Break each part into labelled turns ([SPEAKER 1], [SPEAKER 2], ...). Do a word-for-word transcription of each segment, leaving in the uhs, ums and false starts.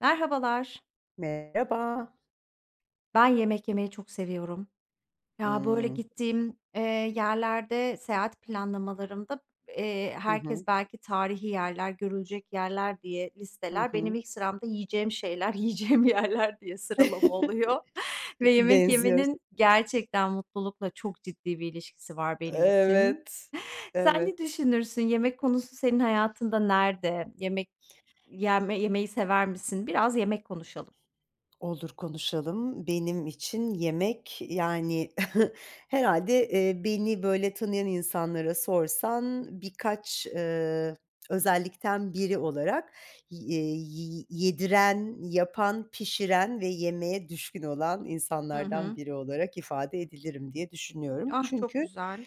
[SPEAKER 1] Merhabalar.
[SPEAKER 2] Merhaba.
[SPEAKER 1] Ben yemek yemeyi çok seviyorum. Ya, böyle,
[SPEAKER 2] Imm,
[SPEAKER 1] gittiğim, eee, yerlerde seyahat planlamalarımda, eee,
[SPEAKER 2] hı
[SPEAKER 1] herkes
[SPEAKER 2] hı,
[SPEAKER 1] belki tarihi yerler, görülecek yerler diye
[SPEAKER 2] hı
[SPEAKER 1] listeler. Benim
[SPEAKER 2] hı.
[SPEAKER 1] ilk sıramda yiyeceğim şeyler, yiyeceğim yerler diye sıralama oluyor ve yemek
[SPEAKER 2] Benziyoruz.
[SPEAKER 1] yemenin gerçekten mutlulukla çok ciddi bir ilişkisi var benim için.
[SPEAKER 2] Evet,
[SPEAKER 1] Sen ne
[SPEAKER 2] evet.
[SPEAKER 1] düşünürsün? Yemek konusu senin hayatında nerede? Yemek yeme yemeği sever misin? Biraz yemek konuşalım.
[SPEAKER 2] Olur, konuşalım. Benim için yemek, yani, herhâlde, eee, beni böyle tanıyan insanlara sorsan birkaç, eee, özellikten biri olarak y eee, yi yediren, yapan, pişiren ve yemeğe düşkün olan
[SPEAKER 1] Hı
[SPEAKER 2] insanlardan
[SPEAKER 1] hı.
[SPEAKER 2] biri olarak ifade edilirim diye düşünüyorum.
[SPEAKER 1] Ah, çok
[SPEAKER 2] Çünkü
[SPEAKER 1] güzel.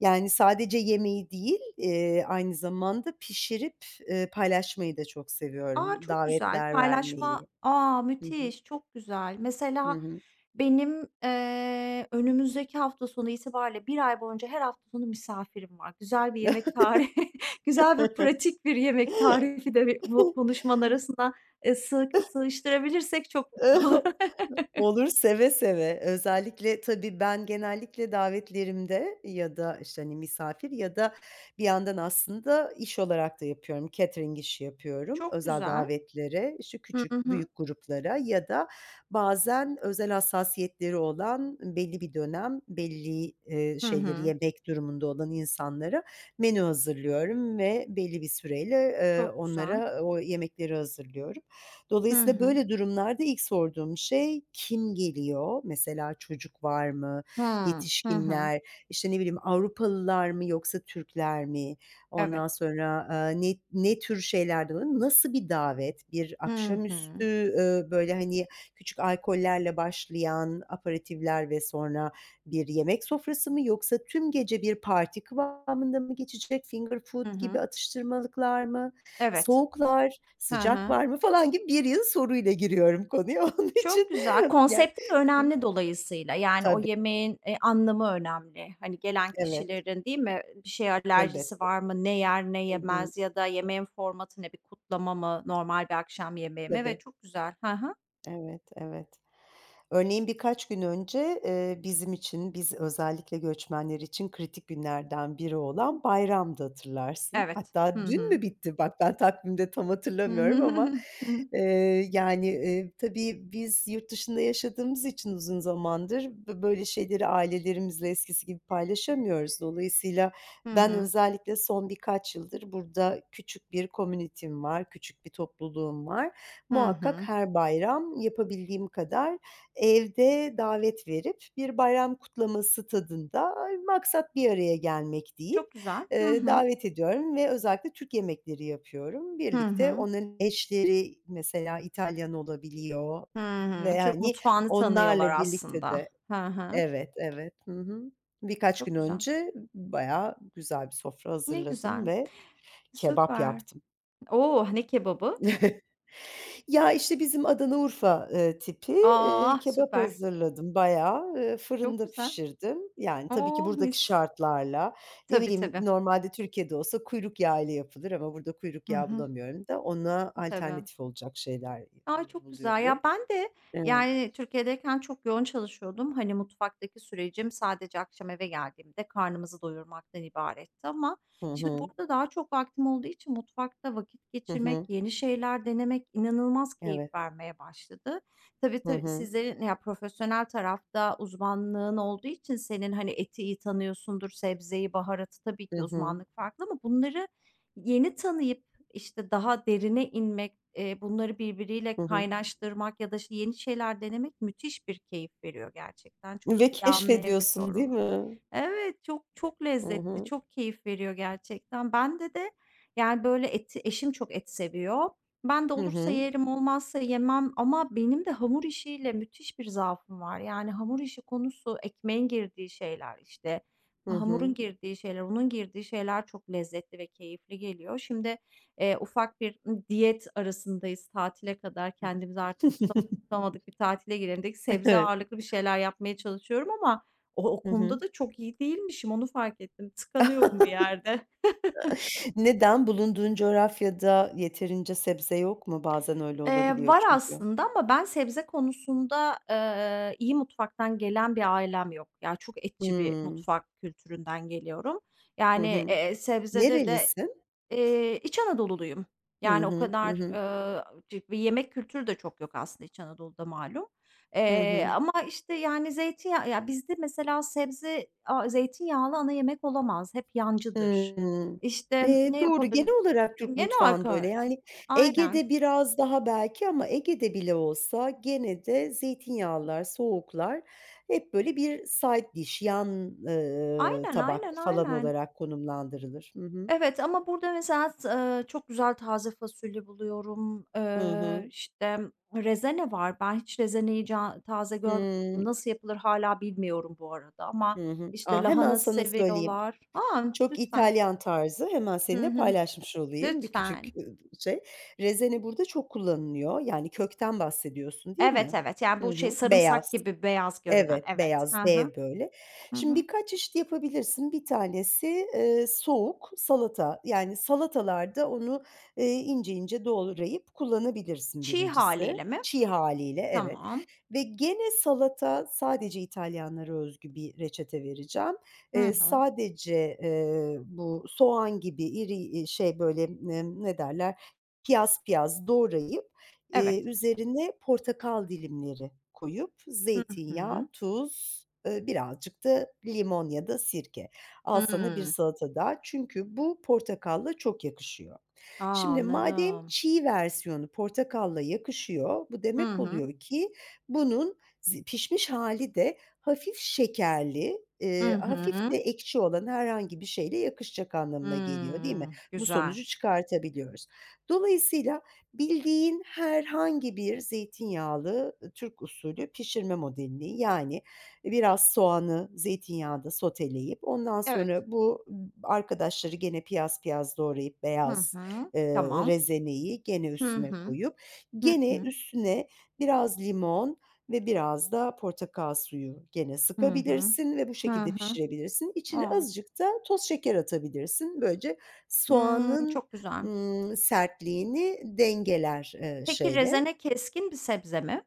[SPEAKER 2] Yani, sadece yemeyi değil, eee, aynı zamanda pişirip, eee, paylaşmayı da çok
[SPEAKER 1] A,
[SPEAKER 2] seviyorum.
[SPEAKER 1] çok güzel.
[SPEAKER 2] Davetler
[SPEAKER 1] Paylaşma
[SPEAKER 2] vermeyi.
[SPEAKER 1] A,
[SPEAKER 2] Hı hı.
[SPEAKER 1] müthiş, çok güzel. Mesela
[SPEAKER 2] Hı
[SPEAKER 1] benim, eee, önümüzdeki hafta sonu itibariyle bir ay boyunca her hafta sonu misafirim var. Güzel bir yemek tarifi, güzel ve pratik bir yemek tarifi de bir bu konuşmanın arasına, eee, sığ sığıştırabilirsek çok
[SPEAKER 2] hı.
[SPEAKER 1] mutlu olurum.
[SPEAKER 2] Olur, seve seve. Özellikle tabii ben genellikle davetlerimde ya da, işte, hani, misafir ya da bir yandan aslında iş olarak da yapıyorum. Catering işi yapıyorum.
[SPEAKER 1] Çok
[SPEAKER 2] Özel
[SPEAKER 1] güzel.
[SPEAKER 2] davetlere, işte,
[SPEAKER 1] Hı
[SPEAKER 2] küçük,
[SPEAKER 1] hı.
[SPEAKER 2] büyük gruplara ya da bazen özel hassasiyetleri olan belli bir dönem, belli, eee,
[SPEAKER 1] Hı
[SPEAKER 2] şeyleri
[SPEAKER 1] hı.
[SPEAKER 2] yemek durumunda olan insanlara menü hazırlıyorum ve belli bir süreyle, eee,
[SPEAKER 1] Çok güzel.
[SPEAKER 2] onlara o yemekleri hazırlıyorum.
[SPEAKER 1] Hı
[SPEAKER 2] Dolayısıyla
[SPEAKER 1] hı.
[SPEAKER 2] böyle durumlarda ilk sorduğum şey kim geliyor? Mesela çocuk var mı?
[SPEAKER 1] Hıı. Hı hı.
[SPEAKER 2] Yetişkinler, işte, ne bileyim, Avrupalılar mı yoksa Türkler mi?
[SPEAKER 1] Evet.
[SPEAKER 2] Ondan sonra, eee, ne ne tür şeylerden oluyor? Nasıl bir davet? Bir
[SPEAKER 1] Hı
[SPEAKER 2] akşamüstü,
[SPEAKER 1] hı.
[SPEAKER 2] eee, böyle, hani, küçük alkollerle başlayan aperatifler ve sonra bir yemek sofrası mı yoksa tüm gece bir parti kıvamında mı geçecek? Finger
[SPEAKER 1] Hı
[SPEAKER 2] food gibi
[SPEAKER 1] hı.
[SPEAKER 2] atıştırmalıklar mı?
[SPEAKER 1] Evet.
[SPEAKER 2] Soğuklar,
[SPEAKER 1] Hı
[SPEAKER 2] sıcak
[SPEAKER 1] hı.
[SPEAKER 2] var mı falan gibi bir yıl soruyla giriyorum konuya. Onun
[SPEAKER 1] Çok
[SPEAKER 2] için
[SPEAKER 1] güzel.
[SPEAKER 2] ya
[SPEAKER 1] Konsepti de
[SPEAKER 2] Çün
[SPEAKER 1] önemli dolayısıyla. Yani o
[SPEAKER 2] tabii,
[SPEAKER 1] yemeğin, eee, anlamı önemli. Hani, gelen
[SPEAKER 2] evet,
[SPEAKER 1] kişilerin, değil mi, bir şey
[SPEAKER 2] elbette.
[SPEAKER 1] alerjisi var mı, ne yer ne
[SPEAKER 2] Hı hı.
[SPEAKER 1] yemez ya da yemeğin formatı ne, bir kutlama mı, normal bir akşam yemeği mi?
[SPEAKER 2] Tabii.
[SPEAKER 1] Evet, çok güzel. Hı hı.
[SPEAKER 2] Evet, evet. Örneğin birkaç gün önce, eee, bizim için, biz özellikle göçmenler için kritik günlerden biri olan bayramdı, hatırlarsın.
[SPEAKER 1] Evet. Hı
[SPEAKER 2] Hatta dün
[SPEAKER 1] hı.
[SPEAKER 2] mü bitti? Bak ben takvimde tam
[SPEAKER 1] Hı
[SPEAKER 2] hatırlamıyorum ama,
[SPEAKER 1] hı.
[SPEAKER 2] eee, yani, eee, tabii biz yurt dışında yaşadığımız için uzun zamandır bö böyle şeyleri ailelerimizle eskisi gibi paylaşamıyoruz. Dolayısıyla
[SPEAKER 1] Hı
[SPEAKER 2] ben
[SPEAKER 1] hı.
[SPEAKER 2] özellikle son birkaç yıldır burada küçük bir komünitem var, küçük bir topluluğum var.
[SPEAKER 1] Hı
[SPEAKER 2] Muhakkak
[SPEAKER 1] hı.
[SPEAKER 2] her bayram yapabildiğim kadar evde davet verip bir bayram kutlaması tadında, maksat bir araya gelmek
[SPEAKER 1] Çok
[SPEAKER 2] deyip,
[SPEAKER 1] güzel. Hı
[SPEAKER 2] eee,
[SPEAKER 1] hı.
[SPEAKER 2] davet ediyorum ve özellikle Türk yemekleri yapıyorum.
[SPEAKER 1] Hı
[SPEAKER 2] Birlikte
[SPEAKER 1] hı.
[SPEAKER 2] onların eşleri mesela İtalyan olabiliyor
[SPEAKER 1] Hı hı.
[SPEAKER 2] ve,
[SPEAKER 1] Türk
[SPEAKER 2] hani,
[SPEAKER 1] mutfağını tanıyorlar
[SPEAKER 2] onlarla birlikte de
[SPEAKER 1] aslında. Hı hı.
[SPEAKER 2] Evet, evet. Hı hı. Birkaç gün
[SPEAKER 1] Çok güzel.
[SPEAKER 2] önce bayağı güzel bir sofra
[SPEAKER 1] Ne
[SPEAKER 2] hazırladım
[SPEAKER 1] güzel.
[SPEAKER 2] ve kebap
[SPEAKER 1] Süper.
[SPEAKER 2] yaptım.
[SPEAKER 1] Oo, ne kebabı?
[SPEAKER 2] Ya, işte, bizim Adana Urfa, eee, tipi, eee,
[SPEAKER 1] Aa,
[SPEAKER 2] kebap
[SPEAKER 1] süper.
[SPEAKER 2] hazırladım bayağı. Eee,
[SPEAKER 1] Çok
[SPEAKER 2] fırında
[SPEAKER 1] güzel.
[SPEAKER 2] pişirdim. Yani, tabii ki
[SPEAKER 1] O,
[SPEAKER 2] buradaki
[SPEAKER 1] mis.
[SPEAKER 2] şartlarla, ne
[SPEAKER 1] Tabii,
[SPEAKER 2] bileyim,
[SPEAKER 1] tabii.
[SPEAKER 2] normalde Türkiye'de olsa kuyruk yağıyla yapılır ama burada kuyruk
[SPEAKER 1] Hı
[SPEAKER 2] yağı
[SPEAKER 1] hı.
[SPEAKER 2] bulamıyorum da ona
[SPEAKER 1] Tabii.
[SPEAKER 2] alternatif olacak şeyler,
[SPEAKER 1] Ay,
[SPEAKER 2] eee,
[SPEAKER 1] çok güzel. Ya,
[SPEAKER 2] buluyorum.
[SPEAKER 1] ben de,
[SPEAKER 2] Evet.
[SPEAKER 1] yani, Türkiye'deyken çok yoğun çalışıyordum. Hani, mutfaktaki sürecim sadece akşam eve geldiğimde karnımızı doyurmaktan ibaretti ama
[SPEAKER 2] Hı
[SPEAKER 1] şimdi
[SPEAKER 2] hı.
[SPEAKER 1] burada daha çok vaktim olduğu için mutfakta vakit
[SPEAKER 2] Hı
[SPEAKER 1] geçirmek,
[SPEAKER 2] hı.
[SPEAKER 1] yeni şeyler denemek inanılmaz keyif
[SPEAKER 2] Evet.
[SPEAKER 1] vermeye başladı. Tabii,
[SPEAKER 2] Hı
[SPEAKER 1] tabii,
[SPEAKER 2] hı.
[SPEAKER 1] sizlerin ya, profesyonel tarafta uzmanlığın olduğu için senin, hani, eti iyi tanıyorsundur, sebzeyi, baharatı tabii
[SPEAKER 2] Hı
[SPEAKER 1] ki
[SPEAKER 2] hı.
[SPEAKER 1] uzmanlık farklı ama bunları yeni tanıyıp işte, daha derine inmek, eee, bunları birbiriyle
[SPEAKER 2] Hı hı.
[SPEAKER 1] kaynaştırmak ya da, işte, yeni şeyler denemek müthiş bir keyif veriyor gerçekten. Çok
[SPEAKER 2] Ve
[SPEAKER 1] iyi
[SPEAKER 2] keşfediyorsun, değil
[SPEAKER 1] anlayabiliyorum.
[SPEAKER 2] mi?
[SPEAKER 1] Evet, çok çok
[SPEAKER 2] Hı
[SPEAKER 1] lezzetli,
[SPEAKER 2] hı.
[SPEAKER 1] çok keyif veriyor gerçekten. Bende de, yani, böyle, eti eşim çok et seviyor. Ben de
[SPEAKER 2] Hı
[SPEAKER 1] olursa
[SPEAKER 2] hı.
[SPEAKER 1] yerim, olmazsa yemem ama benim de hamur işiyle müthiş bir zaafım var. Yani, hamur işi konusu ekmeğin girdiği şeyler, işte,
[SPEAKER 2] Hı
[SPEAKER 1] hamurun
[SPEAKER 2] hı.
[SPEAKER 1] girdiği şeyler, unun girdiği şeyler çok lezzetli ve keyifli geliyor. Şimdi, eee, ufak bir, ımm, diyet arasındayız tatile kadar. Kendimizi artık tutam tutamadık, bir tatile girelim dedik. Sebze
[SPEAKER 2] Evet.
[SPEAKER 1] ağırlıklı bir şeyler yapmaya çalışıyorum ama o o
[SPEAKER 2] Hı
[SPEAKER 1] konuda
[SPEAKER 2] hı.
[SPEAKER 1] da çok iyi değilmişim, onu fark ettim. Tıkanıyorum bir yerde.
[SPEAKER 2] Neden? Bulunduğun coğrafyada yeterince sebze yok mu? Bazen öyle
[SPEAKER 1] Eee,
[SPEAKER 2] olabiliyor
[SPEAKER 1] var
[SPEAKER 2] çünkü.
[SPEAKER 1] aslında ama ben sebze konusunda, eee, iyi mutfaktan gelen bir ailem yok. Ya, çok etçi bir
[SPEAKER 2] Hımm.
[SPEAKER 1] mutfak kültüründen geliyorum.
[SPEAKER 2] Hı
[SPEAKER 1] Yani,
[SPEAKER 2] hı.
[SPEAKER 1] eee, sebzede de.
[SPEAKER 2] Nerelisin?
[SPEAKER 1] Eee, İç Anadolu'luyum.
[SPEAKER 2] Hı
[SPEAKER 1] Yani o
[SPEAKER 2] hı. Hı
[SPEAKER 1] kadar,
[SPEAKER 2] hı.
[SPEAKER 1] eee, cı bir yemek kültürü de çok yok aslında İç Anadolu'da malum.
[SPEAKER 2] Hı
[SPEAKER 1] Eee,
[SPEAKER 2] hı.
[SPEAKER 1] ama, işte, yani, zeytinyağı ya, bizde mesela sebze a zeytinyağlı ana yemek olamaz. Hep yancıdır.
[SPEAKER 2] Hımm.
[SPEAKER 1] İşte,
[SPEAKER 2] Eee,
[SPEAKER 1] ne
[SPEAKER 2] doğru.
[SPEAKER 1] yapabil
[SPEAKER 2] Genel olarak Türk
[SPEAKER 1] gene
[SPEAKER 2] mutfağında
[SPEAKER 1] arka
[SPEAKER 2] öyle.
[SPEAKER 1] öyle.
[SPEAKER 2] Yani,
[SPEAKER 1] Aynen.
[SPEAKER 2] Ege'de biraz daha belki ama Ege'de bile olsa gene de zeytinyağlılar, soğuklar hep böyle bir side dish, yan, eee,
[SPEAKER 1] Aynen,
[SPEAKER 2] tabak
[SPEAKER 1] aynen,
[SPEAKER 2] falan
[SPEAKER 1] aynen.
[SPEAKER 2] olarak konumlandırılır. Hı hı.
[SPEAKER 1] Evet ama burada mesela s eee, çok güzel taze fasulye buluyorum.
[SPEAKER 2] Hı
[SPEAKER 1] Eee,
[SPEAKER 2] hı.
[SPEAKER 1] işte, rezene var. Ben hiç rezeneyi ca taze görmedim.
[SPEAKER 2] Hımm.
[SPEAKER 1] Nasıl yapılır hala bilmiyorum bu arada ama,
[SPEAKER 2] Hı hı.
[SPEAKER 1] işte,
[SPEAKER 2] A, hemen
[SPEAKER 1] lahana
[SPEAKER 2] sana söyleyeyim.
[SPEAKER 1] seviyorlar. A!
[SPEAKER 2] Çok
[SPEAKER 1] Lütfen.
[SPEAKER 2] İtalyan tarzı, hemen
[SPEAKER 1] Hı
[SPEAKER 2] seninle
[SPEAKER 1] hı.
[SPEAKER 2] paylaşmış olayım bir küçük,
[SPEAKER 1] Lütfen.
[SPEAKER 2] ııı, şey. Rezene burada çok kullanılıyor. Yani kökten bahsediyorsun, değil
[SPEAKER 1] Evet,
[SPEAKER 2] mi?
[SPEAKER 1] evet. Yani,
[SPEAKER 2] Hı
[SPEAKER 1] bu şey
[SPEAKER 2] hı.
[SPEAKER 1] sarımsak
[SPEAKER 2] Beyaz.
[SPEAKER 1] gibi beyaz görünen.
[SPEAKER 2] Evet,
[SPEAKER 1] Evet. Hı
[SPEAKER 2] beyaz,
[SPEAKER 1] hı.
[SPEAKER 2] dev böyle.
[SPEAKER 1] Hı
[SPEAKER 2] Şimdi
[SPEAKER 1] hı.
[SPEAKER 2] birkaç çeşit yapabilirsin. Bir tanesi, eee, soğuk salata. Yani salatalarda onu, eee, ince ince doğrayıp kullanabilirsin
[SPEAKER 1] Çiğ
[SPEAKER 2] birincisi.
[SPEAKER 1] haliyle mi?
[SPEAKER 2] Çiğ haliyle evet.
[SPEAKER 1] Tamam.
[SPEAKER 2] Ve gene salata sadece İtalyanlara özgü bir reçete vereceğim.
[SPEAKER 1] Hı
[SPEAKER 2] Eee,
[SPEAKER 1] hı.
[SPEAKER 2] sadece, eee, bu soğan gibi iri, iii, şey böyle, emm, ne derler, piyaz piyaz doğrayıp Eee,
[SPEAKER 1] Evet.
[SPEAKER 2] üzerine portakal dilimleri koyup
[SPEAKER 1] Hı
[SPEAKER 2] zeytinyağı,
[SPEAKER 1] hı.
[SPEAKER 2] tuz, eee, birazcık da limon ya da sirke. Al sana bir
[SPEAKER 1] Hımm.
[SPEAKER 2] salata daha çünkü bu portakalla çok yakışıyor.
[SPEAKER 1] A!
[SPEAKER 2] Şimdi madem
[SPEAKER 1] Anladım.
[SPEAKER 2] çiğ versiyonu portakalla yakışıyor, bu
[SPEAKER 1] Hı
[SPEAKER 2] demek
[SPEAKER 1] hı.
[SPEAKER 2] oluyor ki bunun zi pişmiş hali de hafif şekerli,
[SPEAKER 1] Hı
[SPEAKER 2] eee, hafif de
[SPEAKER 1] hı.
[SPEAKER 2] ekşi olan herhangi bir şeyle yakışacak anlamına geliyor, değil mi?
[SPEAKER 1] Hmm,
[SPEAKER 2] Bu
[SPEAKER 1] güzel.
[SPEAKER 2] sonucu çıkartabiliyoruz. Dolayısıyla bildiğin herhangi bir zeytinyağlı, ııı, Türk usulü pişirme modelini, yani biraz soğanı zeytinyağında soteleyip ondan
[SPEAKER 1] Evet.
[SPEAKER 2] sonra bu m, arkadaşları gene piyaz piyaz doğrayıp
[SPEAKER 1] Hı
[SPEAKER 2] beyaz
[SPEAKER 1] hı.
[SPEAKER 2] eee,
[SPEAKER 1] Tamam.
[SPEAKER 2] rezeneyi gene
[SPEAKER 1] Hı
[SPEAKER 2] üstüne
[SPEAKER 1] hı.
[SPEAKER 2] koyup
[SPEAKER 1] Hı
[SPEAKER 2] gene
[SPEAKER 1] hı.
[SPEAKER 2] üstüne biraz limon ve biraz da portakal suyu gene
[SPEAKER 1] Hı hı.
[SPEAKER 2] sıkabilirsin ve bu
[SPEAKER 1] Hı
[SPEAKER 2] şekilde
[SPEAKER 1] hı.
[SPEAKER 2] pişirebilirsin. İçine
[SPEAKER 1] O!
[SPEAKER 2] azıcık da toz şeker atabilirsin. Böylece
[SPEAKER 1] Hımm,
[SPEAKER 2] soğanın,
[SPEAKER 1] çok güzel.
[SPEAKER 2] ımm, sertliğini dengeler, eee,
[SPEAKER 1] Peki
[SPEAKER 2] şeyle,
[SPEAKER 1] rezene keskin bir sebze mi?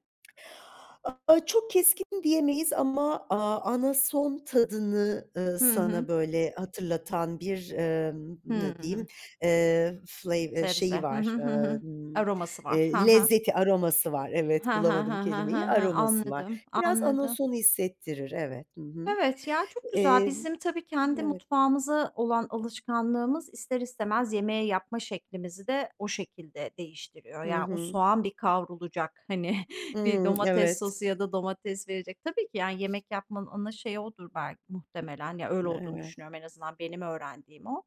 [SPEAKER 2] Aaa, çok keskin diyemeyiz ama, aaa, anason tadını, ııı,
[SPEAKER 1] Hı hı.
[SPEAKER 2] sana, böyle, hatırlatan bir, emm,
[SPEAKER 1] Hı
[SPEAKER 2] ne
[SPEAKER 1] hı.
[SPEAKER 2] diyeyim, eee, flavor şeyi
[SPEAKER 1] Sebze. Hı hı.
[SPEAKER 2] var,
[SPEAKER 1] Hı hı.
[SPEAKER 2] emm,
[SPEAKER 1] Aroması var. Hı
[SPEAKER 2] eee,
[SPEAKER 1] hı.
[SPEAKER 2] lezzeti, aroması var.
[SPEAKER 1] Hı
[SPEAKER 2] Evet,
[SPEAKER 1] hı.
[SPEAKER 2] bulamadım
[SPEAKER 1] Hı hı. Hı
[SPEAKER 2] kelimeyi,
[SPEAKER 1] hı.
[SPEAKER 2] aroması var.
[SPEAKER 1] Anladım,
[SPEAKER 2] Biraz
[SPEAKER 1] anladım.
[SPEAKER 2] anason hissettirir, evet. Hı hı.
[SPEAKER 1] Evet, ya, çok güzel.
[SPEAKER 2] Emm,
[SPEAKER 1] Bizim tabii kendi
[SPEAKER 2] evet.
[SPEAKER 1] mutfağımıza olan alışkanlığımız ister istemez yemeği yapma şeklimizi de o şekilde değiştiriyor.
[SPEAKER 2] Hı
[SPEAKER 1] Yani, o
[SPEAKER 2] hı.
[SPEAKER 1] soğan bir kavrulacak, hani, bir
[SPEAKER 2] Imm,
[SPEAKER 1] domates
[SPEAKER 2] evet.
[SPEAKER 1] sosu ya da domates verecek. Tabii ki, yani, yemek yapmanın ana şeyi odur belki muhtemelen. Ya, öyle olduğunu
[SPEAKER 2] Evet.
[SPEAKER 1] düşünüyorum en azından benim öğrendiğim o.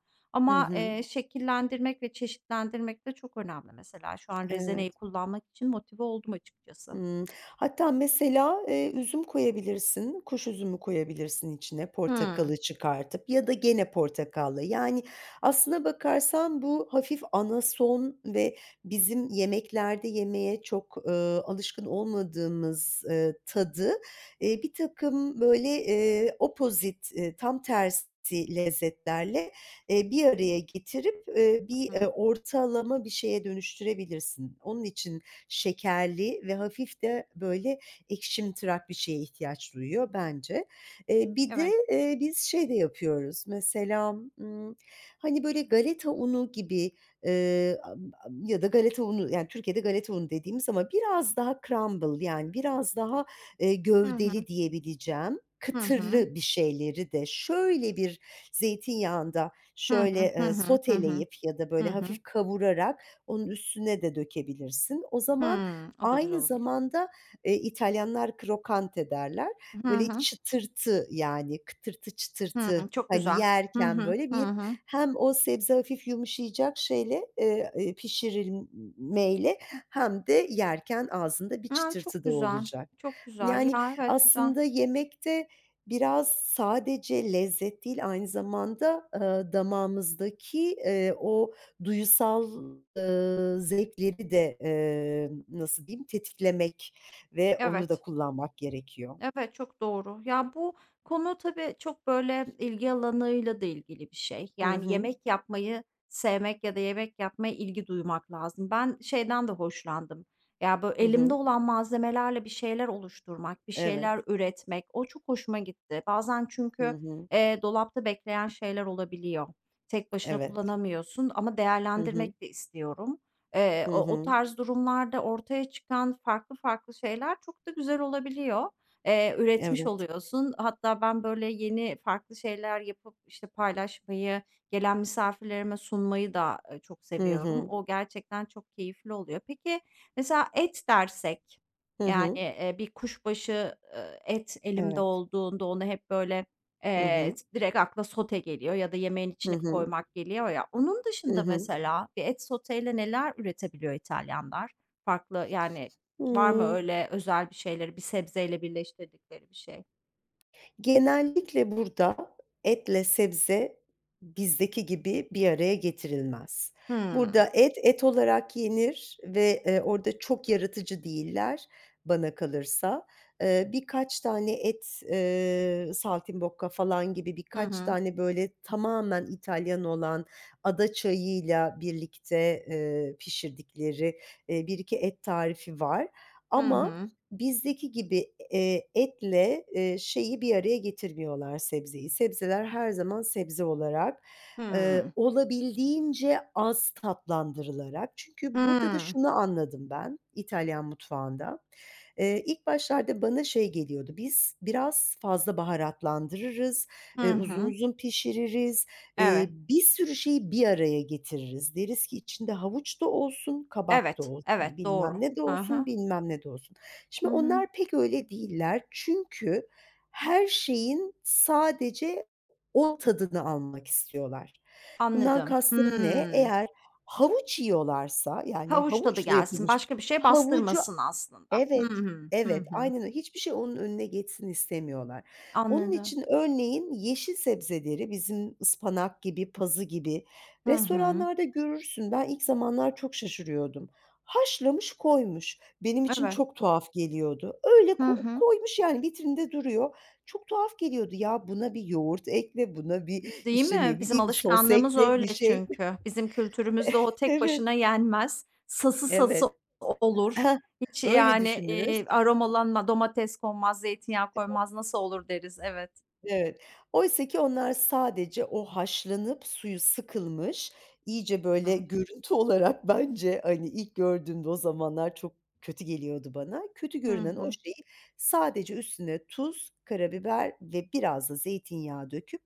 [SPEAKER 2] Hı
[SPEAKER 1] Ama,
[SPEAKER 2] hı.
[SPEAKER 1] eee, şekillendirmek ve çeşitlendirmek de çok önemli mesela. Şu an rezeneyi
[SPEAKER 2] Evet.
[SPEAKER 1] kullanmak için motive oldum açıkçası.
[SPEAKER 2] Hımm. Hatta mesela, eee, üzüm koyabilirsin, kuş üzümü koyabilirsin içine
[SPEAKER 1] Hıı.
[SPEAKER 2] portakalı çıkartıp ya da gene portakallı. Yani, aslına bakarsan bu hafif anason ve bizim yemeklerde yemeye çok, eee, alışkın olmadığımız, eee, tadı, e, bir takım böyle, eee, opposite, eee, tam tersi lezzetlerle, eee, bir araya getirip, eee, bir,
[SPEAKER 1] Hı
[SPEAKER 2] eee,
[SPEAKER 1] hı.
[SPEAKER 2] ortalama bir şeye dönüştürebilirsin. Onun için şekerli ve hafif de böyle ekşimtırak bir şeye ihtiyaç duyuyor bence. Eee, bir de,
[SPEAKER 1] Evet.
[SPEAKER 2] eee, biz şey de yapıyoruz mesela, ımm, hani, böyle galeta unu gibi, eee, am am ya da galeta unu, yani, Türkiye'de galeta unu dediğimiz ama biraz daha crumble, yani biraz daha, eee,
[SPEAKER 1] Hı hı.
[SPEAKER 2] gövdeli diyebileceğim
[SPEAKER 1] Hı hı.
[SPEAKER 2] kıtırlı bir şeyleri de şöyle bir zeytinyağında
[SPEAKER 1] Hı
[SPEAKER 2] şöyle,
[SPEAKER 1] hı. Hı
[SPEAKER 2] eee,
[SPEAKER 1] hı. Hı hı.
[SPEAKER 2] soteleyip ya da
[SPEAKER 1] Hı
[SPEAKER 2] böyle
[SPEAKER 1] hı.
[SPEAKER 2] hafif kavurarak onun üstüne de dökebilirsin. O zaman
[SPEAKER 1] Hımm. O da güzel
[SPEAKER 2] aynı
[SPEAKER 1] olabilir.
[SPEAKER 2] zamanda, eee, İtalyanlar crocante derler.
[SPEAKER 1] Hı
[SPEAKER 2] Böyle
[SPEAKER 1] hı.
[SPEAKER 2] çıtırtı, yani kıtırtı
[SPEAKER 1] Hımm.
[SPEAKER 2] çıtırtı,
[SPEAKER 1] Çok
[SPEAKER 2] hani,
[SPEAKER 1] güzel. Hı
[SPEAKER 2] yerken
[SPEAKER 1] hı.
[SPEAKER 2] böyle
[SPEAKER 1] Hı
[SPEAKER 2] bir
[SPEAKER 1] hı.
[SPEAKER 2] hem o sebze hafif yumuşayacak şeyle, eee, eee, pişirilmeyle hem de yerken ağzında bir
[SPEAKER 1] A, çok
[SPEAKER 2] çıtırtı da
[SPEAKER 1] güzel,
[SPEAKER 2] olacak.
[SPEAKER 1] çok güzel.
[SPEAKER 2] Yani
[SPEAKER 1] Ya, evet, güzel.
[SPEAKER 2] aslında yemekte biraz sadece lezzet değil, aynı zamanda, eee, damağımızdaki, eee, o duyusal, ııı, zevkleri de, emm, nasıl diyeyim, tetiklemek ve onu da
[SPEAKER 1] Evet.
[SPEAKER 2] kullanmak gerekiyor.
[SPEAKER 1] Evet, çok doğru. Ya, bu konu tabii çok, böyle, ilgi alanıyla da ilgili bir şey.
[SPEAKER 2] Hı
[SPEAKER 1] Yani
[SPEAKER 2] hı.
[SPEAKER 1] yemek yapmayı sevmek ya da yemek yapmaya ilgi duymak lazım. Ben şeyden de hoşlandım. Ya, böyle,
[SPEAKER 2] Hı
[SPEAKER 1] elimde
[SPEAKER 2] hı.
[SPEAKER 1] olan malzemelerle bir şeyler oluşturmak, bir
[SPEAKER 2] Evet.
[SPEAKER 1] şeyler üretmek, o çok hoşuma gitti. Bazen
[SPEAKER 2] Hı
[SPEAKER 1] çünkü,
[SPEAKER 2] hı.
[SPEAKER 1] eee, dolapta bekleyen şeyler olabiliyor. Tek başına
[SPEAKER 2] Evet.
[SPEAKER 1] kullanamıyorsun ama
[SPEAKER 2] Hı hı.
[SPEAKER 1] değerlendirmek de istiyorum. Eee,
[SPEAKER 2] Hı
[SPEAKER 1] o o
[SPEAKER 2] hı.
[SPEAKER 1] tarz durumlarda ortaya çıkan farklı farklı şeyler çok da güzel olabiliyor, eee, üretmiş
[SPEAKER 2] Evet.
[SPEAKER 1] oluyorsun. Hatta ben böyle yeni farklı şeyler yapıp, işte, paylaşmayı, gelen misafirlerime sunmayı da, eee, çok
[SPEAKER 2] Hı
[SPEAKER 1] seviyorum.
[SPEAKER 2] hı.
[SPEAKER 1] O gerçekten çok keyifli oluyor. Peki, mesela et dersek,
[SPEAKER 2] Hı
[SPEAKER 1] yani,
[SPEAKER 2] hı.
[SPEAKER 1] eee, bir kuşbaşı, ııı, et elimde
[SPEAKER 2] Evet.
[SPEAKER 1] olduğunda onu hep böyle,
[SPEAKER 2] Hı
[SPEAKER 1] eee,
[SPEAKER 2] hı.
[SPEAKER 1] direkt akla sote geliyor ya da yemeğin
[SPEAKER 2] Hı
[SPEAKER 1] içine
[SPEAKER 2] hı.
[SPEAKER 1] koymak geliyor ya. Onun
[SPEAKER 2] Hı
[SPEAKER 1] dışında
[SPEAKER 2] hı.
[SPEAKER 1] mesela bir et soteyle neler üretebiliyor İtalyanlar? Farklı, yani. Var mı
[SPEAKER 2] Hıı.
[SPEAKER 1] öyle özel bir şeyleri, bir sebzeyle birleştirdikleri bir şey?
[SPEAKER 2] Genellikle burada etle sebze bizdeki gibi bir araya getirilmez.
[SPEAKER 1] Hımm.
[SPEAKER 2] Burada et, et olarak yenir ve, eee, orada çok yaratıcı değiller bana kalırsa. Eee, birkaç tane et, eee, saltimbocca falan gibi
[SPEAKER 1] Hı
[SPEAKER 2] birkaç
[SPEAKER 1] hı.
[SPEAKER 2] tane böyle tamamen İtalyan olan ada çayıyla birlikte, eee, pişirdikleri, eee, bir iki et tarifi var
[SPEAKER 1] Hı
[SPEAKER 2] ama
[SPEAKER 1] hı.
[SPEAKER 2] bizdeki gibi, eee, etle, eee, şeyi bir araya getirmiyorlar sebzeyi. Sebzeler her zaman sebze olarak, eee,
[SPEAKER 1] Hımm.
[SPEAKER 2] olabildiğince az tatlandırılarak. Çünkü burada da
[SPEAKER 1] Hımm.
[SPEAKER 2] şunu anladım ben İtalyan mutfağında. Eee, ilk başlarda bana şey geliyordu, biz biraz fazla baharatlandırırız,
[SPEAKER 1] Hı
[SPEAKER 2] eee, uzun
[SPEAKER 1] hı.
[SPEAKER 2] uzun pişiririz,
[SPEAKER 1] Evet.
[SPEAKER 2] eee, bir sürü şeyi bir araya getiririz. Deriz ki içinde havuç da olsun, kabak da
[SPEAKER 1] Evet,
[SPEAKER 2] olsun,
[SPEAKER 1] evet,
[SPEAKER 2] bilmem
[SPEAKER 1] doğru.
[SPEAKER 2] ne de
[SPEAKER 1] Hı
[SPEAKER 2] olsun,
[SPEAKER 1] hı.
[SPEAKER 2] bilmem ne de olsun.
[SPEAKER 1] Hı
[SPEAKER 2] Şimdi
[SPEAKER 1] hı.
[SPEAKER 2] onlar pek öyle değiller. Çünkü her şeyin sadece o tadını almak istiyorlar. Bundan
[SPEAKER 1] Anladım.
[SPEAKER 2] kastım ne?
[SPEAKER 1] Hımm.
[SPEAKER 2] Eğer havuç yiyorlarsa, yani
[SPEAKER 1] Havuç tadı
[SPEAKER 2] havuçla
[SPEAKER 1] gelsin,
[SPEAKER 2] yapılmış bir şey,
[SPEAKER 1] başka bir şey
[SPEAKER 2] havucu
[SPEAKER 1] bastırmasın aslında. Hı
[SPEAKER 2] evet,
[SPEAKER 1] hı. Hı
[SPEAKER 2] evet,
[SPEAKER 1] hı.
[SPEAKER 2] aynen öyle. Hiçbir şey onun önüne geçsin istemiyorlar. Onun
[SPEAKER 1] Anladım.
[SPEAKER 2] için örneğin yeşil sebzeleri bizim ıspanak gibi, pazı gibi
[SPEAKER 1] Hı hı.
[SPEAKER 2] restoranlarda görürsün. Ben ilk zamanlar çok şaşırıyordum. Haşlamış koymuş. Benim için
[SPEAKER 1] Evet.
[SPEAKER 2] çok tuhaf geliyordu. Öyle
[SPEAKER 1] Hı
[SPEAKER 2] ko
[SPEAKER 1] hı.
[SPEAKER 2] koymuş, yani vitrinde duruyor. Çok tuhaf geliyordu. Ya buna bir yoğurt ekle, buna bir,
[SPEAKER 1] Değil
[SPEAKER 2] işte,
[SPEAKER 1] mi?
[SPEAKER 2] ne
[SPEAKER 1] Bizim
[SPEAKER 2] bileyim, sos
[SPEAKER 1] alışkanlığımız
[SPEAKER 2] ekle, bir
[SPEAKER 1] öyle
[SPEAKER 2] şey
[SPEAKER 1] çünkü. Bizim kültürümüzde o tek
[SPEAKER 2] Evet,
[SPEAKER 1] başına yenmez. Sası sası
[SPEAKER 2] evet.
[SPEAKER 1] olur. Hiç
[SPEAKER 2] öyle
[SPEAKER 1] yani, eee,
[SPEAKER 2] düşünürüz.
[SPEAKER 1] aromalanma, domates konmaz, zeytinyağı koymaz, nasıl olur deriz. Evet.
[SPEAKER 2] Evet. Oysa ki onlar sadece o haşlanıp suyu sıkılmış, iyice böyle
[SPEAKER 1] Hı
[SPEAKER 2] görüntü olarak bence, hani, ilk gördüğümde o zamanlar çok kötü geliyordu bana. Kötü görünen o
[SPEAKER 1] hı.
[SPEAKER 2] şeyi sadece üstüne tuz, karabiber ve biraz da zeytinyağı döküp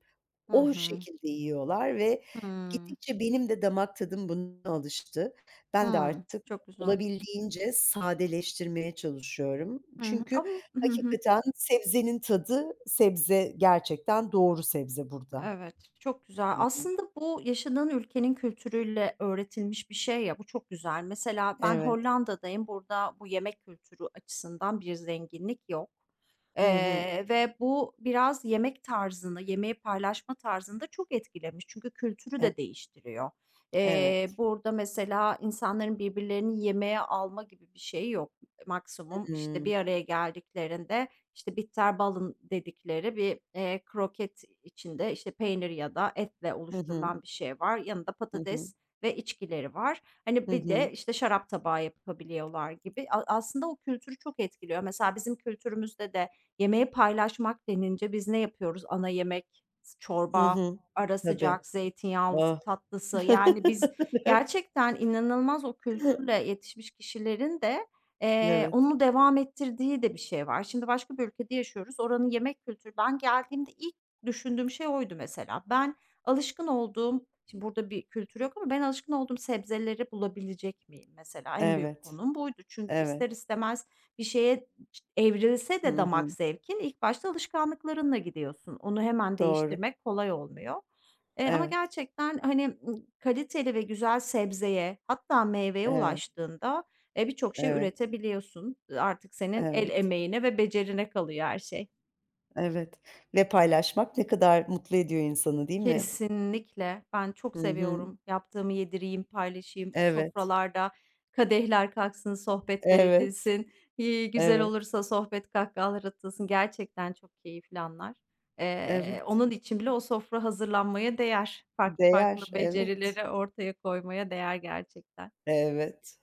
[SPEAKER 1] Hı
[SPEAKER 2] o
[SPEAKER 1] hı.
[SPEAKER 2] şekilde yiyorlar ve
[SPEAKER 1] Hımm.
[SPEAKER 2] gittikçe benim de damak tadım buna alıştı. Ben de
[SPEAKER 1] Hımm.
[SPEAKER 2] artık
[SPEAKER 1] Çok güzel.
[SPEAKER 2] olabildiğince sadeleştirmeye çalışıyorum.
[SPEAKER 1] Hı hı.
[SPEAKER 2] Çünkü
[SPEAKER 1] Ama. Hı hı.
[SPEAKER 2] hakikaten sebzenin tadı, sebze gerçekten doğru sebze burada.
[SPEAKER 1] Evet, çok güzel.
[SPEAKER 2] Hı hı.
[SPEAKER 1] Aslında bu yaşadığın ülkenin kültürüyle öğretilmiş bir şey ya, bu çok güzel. Mesela ben
[SPEAKER 2] Evet.
[SPEAKER 1] Hollanda'dayım. Burada bu yemek kültürü açısından bir zenginlik yok.
[SPEAKER 2] Hı hı.
[SPEAKER 1] Eee, ve bu biraz yemek tarzını, yemeği paylaşma tarzını da çok etkilemiş. Çünkü kültürü
[SPEAKER 2] E
[SPEAKER 1] de değiştiriyor. Eee,
[SPEAKER 2] evet.
[SPEAKER 1] burada mesela insanların birbirlerini yemeğe alma gibi bir şey yok. Maksimum işte
[SPEAKER 2] Hımm.
[SPEAKER 1] bir araya geldiklerinde işte bitter balın dedikleri bir eee, kroket içinde işte peynir ya da etle
[SPEAKER 2] Hı hı.
[SPEAKER 1] oluşturulan bir şey var. Yanında
[SPEAKER 2] Hı hı.
[SPEAKER 1] patates ve içkileri var. Hani
[SPEAKER 2] Hı
[SPEAKER 1] bir de
[SPEAKER 2] hı.
[SPEAKER 1] işte şarap tabağı yapabiliyorlar gibi. A- aslında o kültürü çok etkiliyor. Mesela bizim kültürümüzde de. Yemeği paylaşmak denince biz ne yapıyoruz? Ana yemek, s
[SPEAKER 2] Hı
[SPEAKER 1] çorba,
[SPEAKER 2] hı.
[SPEAKER 1] ara
[SPEAKER 2] Tabii.
[SPEAKER 1] sıcak, zeytinyağlısı,
[SPEAKER 2] Ah.
[SPEAKER 1] tatlısı. Yani biz gerçekten inanılmaz o kültürle yetişmiş kişilerin de, eee,
[SPEAKER 2] Evet.
[SPEAKER 1] onu devam ettirdiği de bir şey var. Şimdi başka bir ülkede yaşıyoruz. Oranın yemek kültürü. Ben geldiğimde ilk düşündüğüm şey oydu mesela. Ben alışkın olduğum. Şimdi burada bir kültür yok ama ben alışkın olduğum sebzeleri bulabilecek miyim mesela? En büyük
[SPEAKER 2] Evet.
[SPEAKER 1] konum buydu. Çünkü ister
[SPEAKER 2] Evet.
[SPEAKER 1] istemez bir şeye. Evrilse de
[SPEAKER 2] Hı
[SPEAKER 1] damak
[SPEAKER 2] hı.
[SPEAKER 1] zevkin ilk başta alışkanlıklarınla gidiyorsun. Onu hemen
[SPEAKER 2] Doğru.
[SPEAKER 1] değiştirmek kolay olmuyor. Eee, ama
[SPEAKER 2] Evet.
[SPEAKER 1] gerçekten, hani, ııı, kaliteli ve güzel sebzeye hatta meyveye
[SPEAKER 2] Evet.
[SPEAKER 1] ulaştığında, eee, birçok şey
[SPEAKER 2] Evet.
[SPEAKER 1] üretebiliyorsun. Artık senin el
[SPEAKER 2] Evet.
[SPEAKER 1] emeğine ve becerine kalıyor her şey.
[SPEAKER 2] Evet. Ve paylaşmak ne kadar mutlu ediyor insanı, değil mi?
[SPEAKER 1] Kesinlikle. Ben çok
[SPEAKER 2] Hı hı.
[SPEAKER 1] seviyorum. Yaptığımı yedireyim, paylaşayım. O
[SPEAKER 2] Evet.
[SPEAKER 1] sofralarda kadehler kalksın, sohbetler
[SPEAKER 2] Evet.
[SPEAKER 1] edilsin. İii, güzel
[SPEAKER 2] Evet.
[SPEAKER 1] olursa sohbet, kahkahalar atılsın. Gerçekten çok keyifli anlar. Eee,
[SPEAKER 2] Evet.
[SPEAKER 1] onun için bile o sofra hazırlanmaya değer. Farklı farklı
[SPEAKER 2] Değer. Evet.
[SPEAKER 1] becerileri ortaya koymaya değer gerçekten.
[SPEAKER 2] Evet.